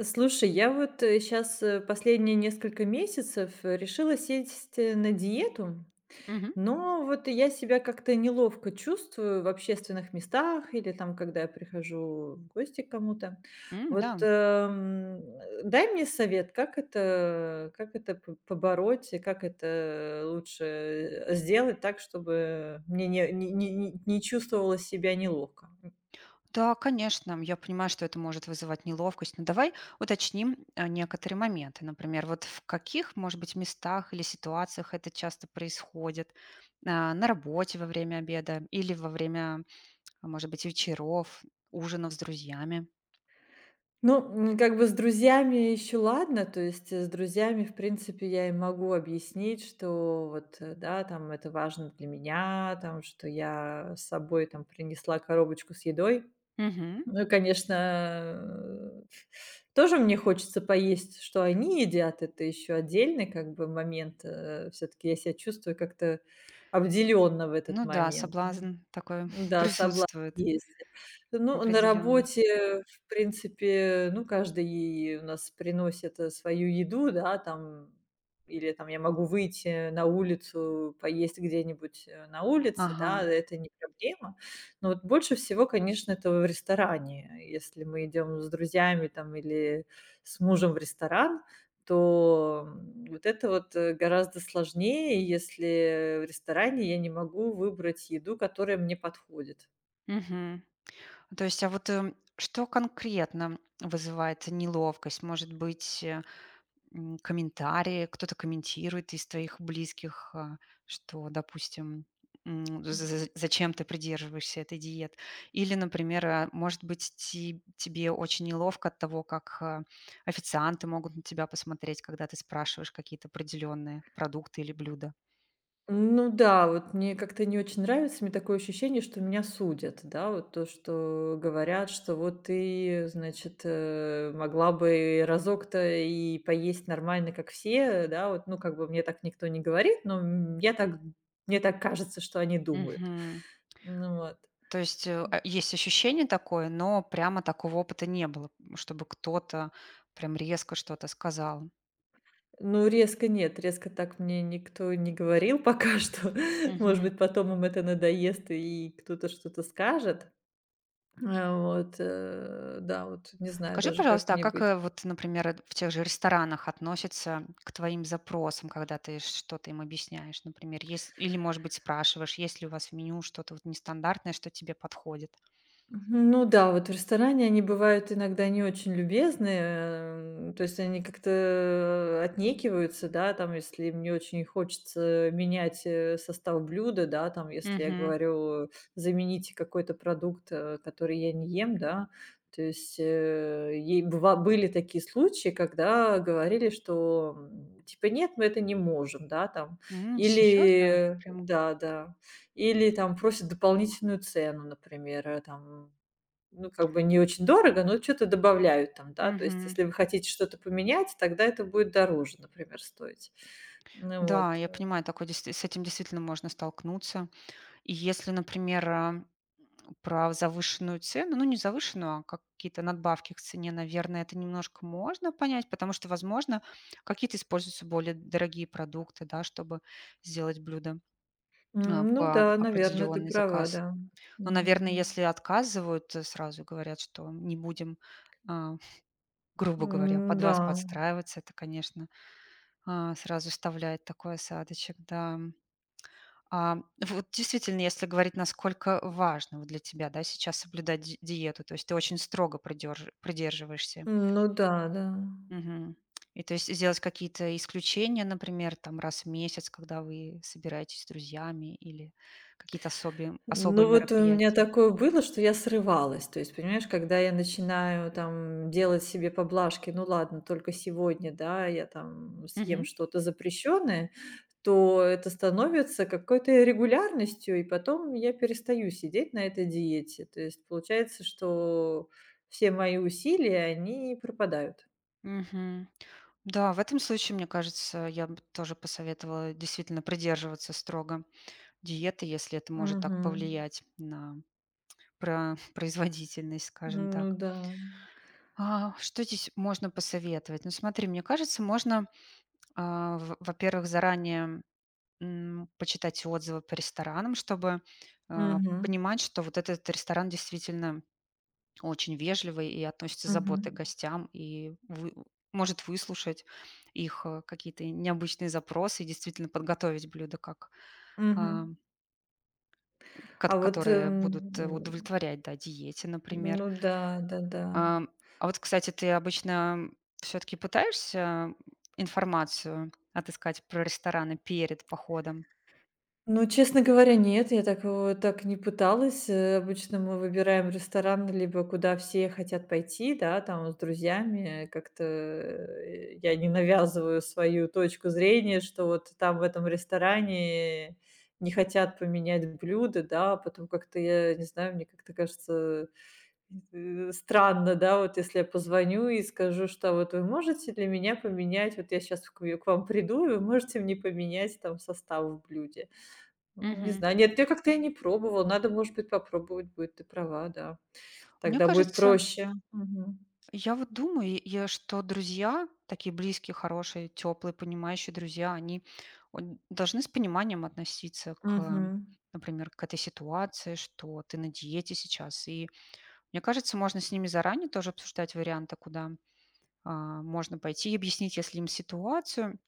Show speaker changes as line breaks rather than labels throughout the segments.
Слушай, я вот сейчас последние несколько месяцев решила сесть на диету,
Мгм.
но вот я себя как-то неловко чувствую в общественных местах или там, когда я прихожу в гости к кому-то. Вот
Да.
эм, дай мне совет, как это побороть и как это лучше сделать так, чтобы мне не чувствовала себя неловко.
Да, конечно, я понимаю, что это может вызывать неловкость, но давай уточним, некоторые моменты. Например, вот в каких, может быть, местах или ситуациях это часто происходит? А, на работе во время обеда или во время, а, может быть, вечеров, ужинов с друзьями?
Ну, как бы с друзьями еще ладно, то есть, с друзьями, в принципе, я им могу объяснить, что вот, да, там это важно для меня, там, что я с собой там принесла коробочку с едой.
Мгм.
Ну и, конечно, тоже мне хочется поесть, что они едят, это еще отдельный как бы момент. Все таки я себя чувствую как-то обделенно в этот
Ну да,
момент.
соблазн такой
Да, соблазн
присутствует
есть. Ну, на
определенно.
работе, в принципе, ну, каждый у нас приносит, свою еду, да, там. Или там я могу выйти на улицу, поесть где-нибудь, на улице, да,
Ага.
это не проблема. Но вот больше всего, конечно, это в ресторане. Если мы идем с друзьями там или с мужем в ресторан, то, вот это вот, гораздо сложнее, если в ресторане я не могу выбрать еду, которая мне подходит.
Мгм. То есть, а вот, что конкретно вызывает неловкость? Может быть, комментарии, кто-то комментирует из твоих близких, а, что, допустим, зачем ты придерживаешься этой диеты. Или, например, а, может быть, тебе очень неловко от того, как а, официанты могут на тебя посмотреть, когда ты спрашиваешь какие-то определенные продукты или блюда.
Ну да, вот мне как-то не очень нравится, мне такое ощущение, что меня судят, да, вот то, что говорят, что вот ты, значит, могла бы разок-то и поесть нормально, как все, да, вот, ну, как бы мне так никто не говорит, но, м, я так мне так кажется, что они думают.
Мгм.
Ну вот.
То есть а, есть ощущение такое, но прямо такого опыта не было, чтобы кто-то прям резко что-то сказал.
Ну, резко нет, резко так мне никто не говорил пока что. Может быть, потом им это надоест, и кто-то что-то скажет. Вот, да, вот не знаю
Скажи,
даже, как
пожалуйста, а
мне
как,
быть.
э, вот, например, э, в тех же ресторанах относятся к твоим запросам, когда ты что-то им объясняешь, например, есть или, может быть, спрашиваешь, есть ли у вас в меню что-то вот нестандартное, что тебе подходит?
Ну да, вот в ресторане они бывают иногда не очень любезные, то есть они как-то отнекиваются, да, там, если мне очень хочется менять, состав блюда, да, там, если я
Мгм.
говорю: "Замените какой-то продукт, который я не ем", да. То есть, э, ей быва были такие случаи, когда говорили, что, типа: "Нет, мы это не можем", да, там,
Серьезно?
или
Прям
да, или там просят дополнительную цену, например, ну, как бы не очень дорого, но что то добавляют там, да. То есть
мгм.
если вы хотите что-то поменять, тогда это будет дороже, например, стоить. Ну
Да,
вот,
я
э.
понимаю, такой действи с этим действительно можно столкнуться. И если, например, а, про завышенную цену, ну, не завышенную, а как какие-то надбавки к цене, наверное, это немножко можно понять, потому что, возможно, какие-то используются более дорогие продукты, да, чтобы сделать блюдо а,
М, ну
под
да, наверное, ты
определенный
права,
заказ.
да.
Но, наверное,
Мгм.
если отказывают, сразу говорят, что не будем, а, грубо говоря,
М,
под
да.
вас подстраиваться, это, конечно, а, сразу вставляет такой осадочек, да. А, вот действительно, если говорить, насколько важно вот для тебя, да, сейчас соблюдать диету, то есть ты очень строго придерживаешься.
М, ну да, да.
Мгм. И то есть сделать какие-то исключения, например, там раз в месяц, когда вы собираетесь с друзьями или какие-то особые
Ну, вот у меня
мероприятия.
такое было, что я срывалась. То есть, понимаешь, когда я начинаю там делать себе поблажки, ну ладно, только сегодня, да, я там съем
Мгм.
что-то запрещенное, то это становится какой-то регулярностью, и потом я перестаю сидеть на этой диете. То есть получается, что все мои усилия, они пропадают.
Мгм. Да, в этом случае, мне кажется, я бы тоже посоветовала действительно придерживаться строго диеты, если это может так
Мгм.
повлиять на производительность, скажем
Ну
так.
да.
А, что здесь можно посоветовать? Ну, смотри, мне кажется, можно, а, во-первых, заранее почитать отзывы по ресторанам, чтобы а,
Мгм.
понимать, что вот этот ресторан действительно очень вежливый и относится с заботой к
Мгм.
гостям, и может выслушать их какие-то необычные запросы и действительно подготовить блюда, как, а,
Мгм. А вот,
которые будут
эм,
удовлетворять да, диете, например.
Ну да, да-да.
Ам, а вот, кстати, ты обычно все-таки пытаешься информацию отыскать про рестораны перед походом?
Ну, честно говоря, нет, я так вот так не пыталась. Обычно мы выбираем ресторан, либо куда все хотят пойти, да, там с друзьями. Как-то, я не навязываю свою точку зрения, что вот там в этом ресторане не хотят поменять блюда, да, потом как-то я не знаю, мне как-то кажется странно, да, вот если я позвоню и скажу, что вот вы можете для меня поменять, вот я сейчас к вам приду, и вы можете мне поменять там состав в блюде. М, не
Мгм.
знаю, нет, я не пробовала, надо, может быть, попробовать будет, ты права, да.
Мне
Тогда будет
кажется,
проще. Мгм.
я вот думаю, что друзья, такие близкие, хорошие, теплые, понимающие друзья, они должны с пониманием относиться
Мгм.
к, например, к этой ситуации, что ты на диете сейчас. И мне кажется, можно с ними заранее тоже обсуждать варианты, куда а, можно пойти и объяснить, если им ситуацию,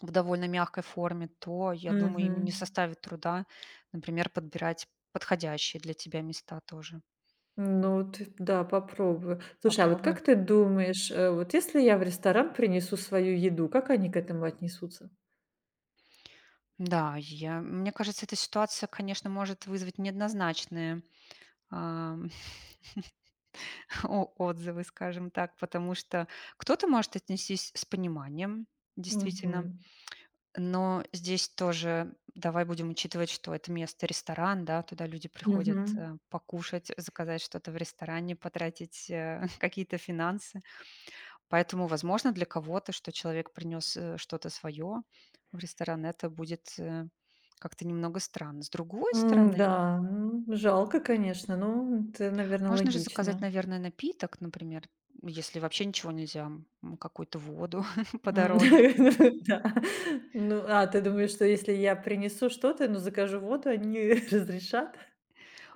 в довольно мягкой форме, то, я думаю, им не
Мгм.
составит труда, например, подбирать подходящие для тебя места тоже.
Ну ты да, попробую. Слушай, а вот
Попробуй.
как ты думаешь, вот если я в ресторан принесу свою еду, как они к этому отнесутся?
Да, я мне кажется, эта ситуация, конечно, может вызвать неоднозначные, ам, о отзывы, скажем так, потому что кто-то может отнестись с пониманием, действительно,
Мгм.
но здесь тоже давай будем учитывать, что это ресторан, да, туда люди приходят,
Мгм.
покушать, заказать что-то в ресторане, потратить, какие-то финансы. Поэтому, возможно, для кого-то, что человек принес, что-то свое в ресторан, это будет, как-то немного странно. С другой
М,
стороны,
да, м, жалко, конечно, ну, это, наверное,
можно же заказать,
логично.
наверное, напиток, например, если вообще ничего нельзя, какую-то воду
М,
подороже.
да. Ну, а ты думаешь, что если я принесу что-то, ну, закажу воду, они разрешат?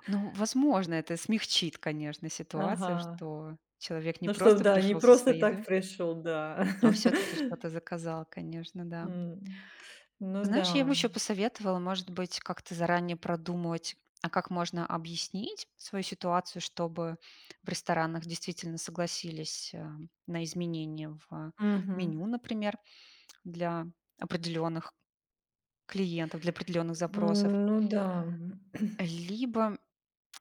Ну, возможно, это смягчит, конечно,
Ага.
ситуацию, что человек не
Ну, что,
просто
да, не
пришел со
просто
своей едой,
так пришел, да.
а все-таки что-то заказал, конечно, да.
М, ну да.
Знаешь, я бы еще посоветовала, может быть, как-то заранее продумать, а как можно объяснить свою ситуацию, чтобы в ресторанах действительно согласились на изменения в меню,
Мгм.
например, для определенных клиентов, для определенных запросов.
М, ну да.
Либо,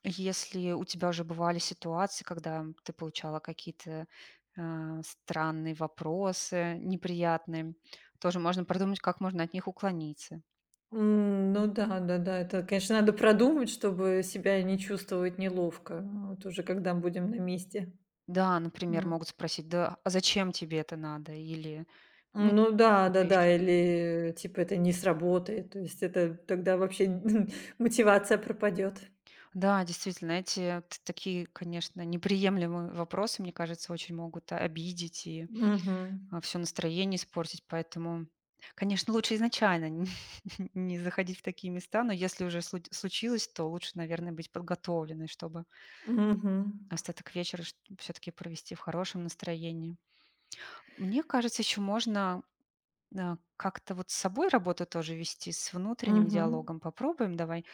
если у тебя уже бывали ситуации, когда ты получала какие-то странные вопросы, неприятные, тоже можно продумать, как можно от них уклониться.
М, ну да, да-да, это, конечно, надо продумать, чтобы себя не чувствовать неловко, вот уже когда будем на месте.
Да, например,
М.
могут спросить: "Да, а зачем тебе это надо?" Или, ну,
Ну да,
что-то еще.
да-да, или, типа, это не сработает, то есть это тогда вообще мотивация пропадет.
Да, действительно, эти т такие, конечно, неприемлемые вопросы, мне кажется, очень могут обидеть и,
Мгм.
все настроение испортить. Поэтому, конечно, лучше изначально н не заходить в такие места, но если уже случилось, то лучше, наверное, быть подготовленной, чтобы
Мгм.
остаток вечера чт все-таки провести в хорошем настроении. Мне кажется, еще можно да, как-то вот с собой работу тоже вести, с внутренним
Мгм.
диалогом. Попробуем давай.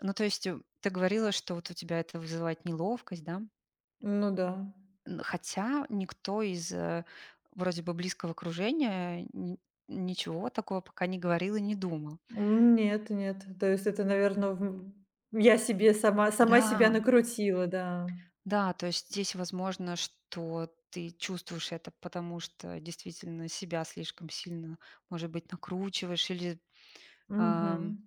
Ну, то есть ты говорила, что вот у тебя это вызывает неловкость, да?
Ну да.
Хотя никто из вроде бы близкого окружения ничего такого пока не говорил и не думал.
М, нет, нет, то есть это, наверное, я себе сама себя
Да,
накрутила, да.
да, то есть здесь возможно, что ты чувствуешь это, потому что действительно себя слишком сильно, может быть, накручиваешь или,
Мгм.
ам,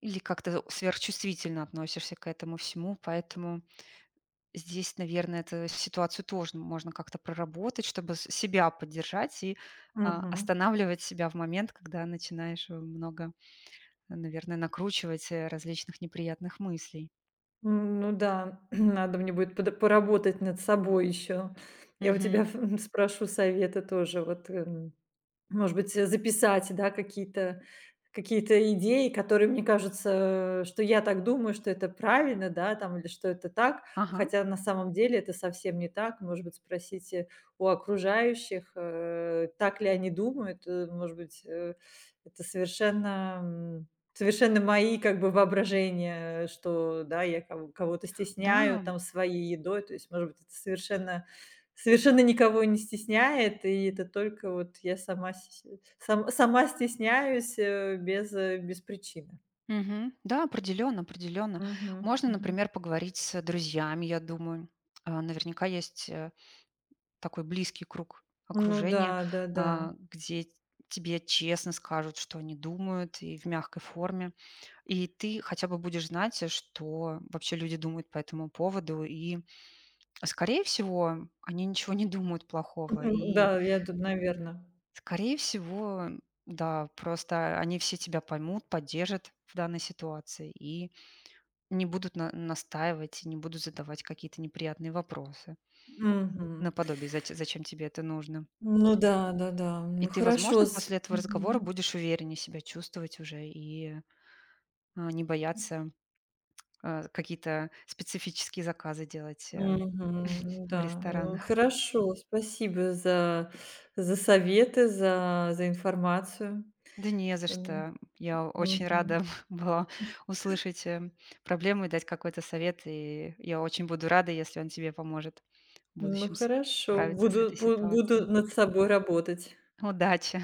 или как-то сверхчувствительно относишься к этому всему, поэтому здесь, наверное, эту ситуацию тоже можно как-то проработать, чтобы с себя поддержать и а,
Мгм.
останавливать себя в момент, когда начинаешь много, наверное, накручивать различных неприятных мыслей.
М, ну да, надо мне будет подо поработать над собой еще. Я у
Мгм.
тебя спрошу совета тоже, Может быть, записать, да, какие-то идеи, которые мне кажутся, что я так думаю, что это правильно, да, там, или что это так, а
Ага,
хотя на самом деле это совсем не так. Может быть, спросите у окружающих, так ли они думают. Может быть, это совершенно, совершенно мои как бы воображения, что, да, я кого-то стесняю
да,
там своей едой. То есть, может быть, это совершенно совершенно никого не стесняет, и это только вот я сама с сам сама стесняюсь, без причины.
мгм, да, определенно, определенно.
Мгм,
Можно,
мгм.
например, поговорить с друзьями, я думаю. А, наверняка есть такой близкий круг
Ну да,
окружения,
да-да.
а, где тебе честно скажут, что они думают, и в мягкой форме. И ты хотя бы будешь знать, что вообще люди думают по этому поводу. И, скорее всего, они ничего не думают плохого.
Мгм,
И,
да, я тут, наверно.
скорее всего, да, просто они все тебя поймут, поддержат в данной ситуации и не будут настаивать, не будут задавать какие-то неприятные вопросы наподобие, зачем тебе это нужно».
Ну да, да-да.
И ты, возможно, после этого разговора будешь увереннее себя чувствовать уже и а, не бояться а, какие-то специфические заказы делать
Мгм,
в
да. Ну
ресторанах.
хорошо, спасибо за советы, за информацию.
Да не за
М,
что. Я очень
мгм.
рада была услышать, проблему и дать какой-то совет, и я очень буду рада, если он тебе поможет в
Ну
будущем
хорошо,
справиться с этой ситуацией.
буду над собой работать.
Удачи!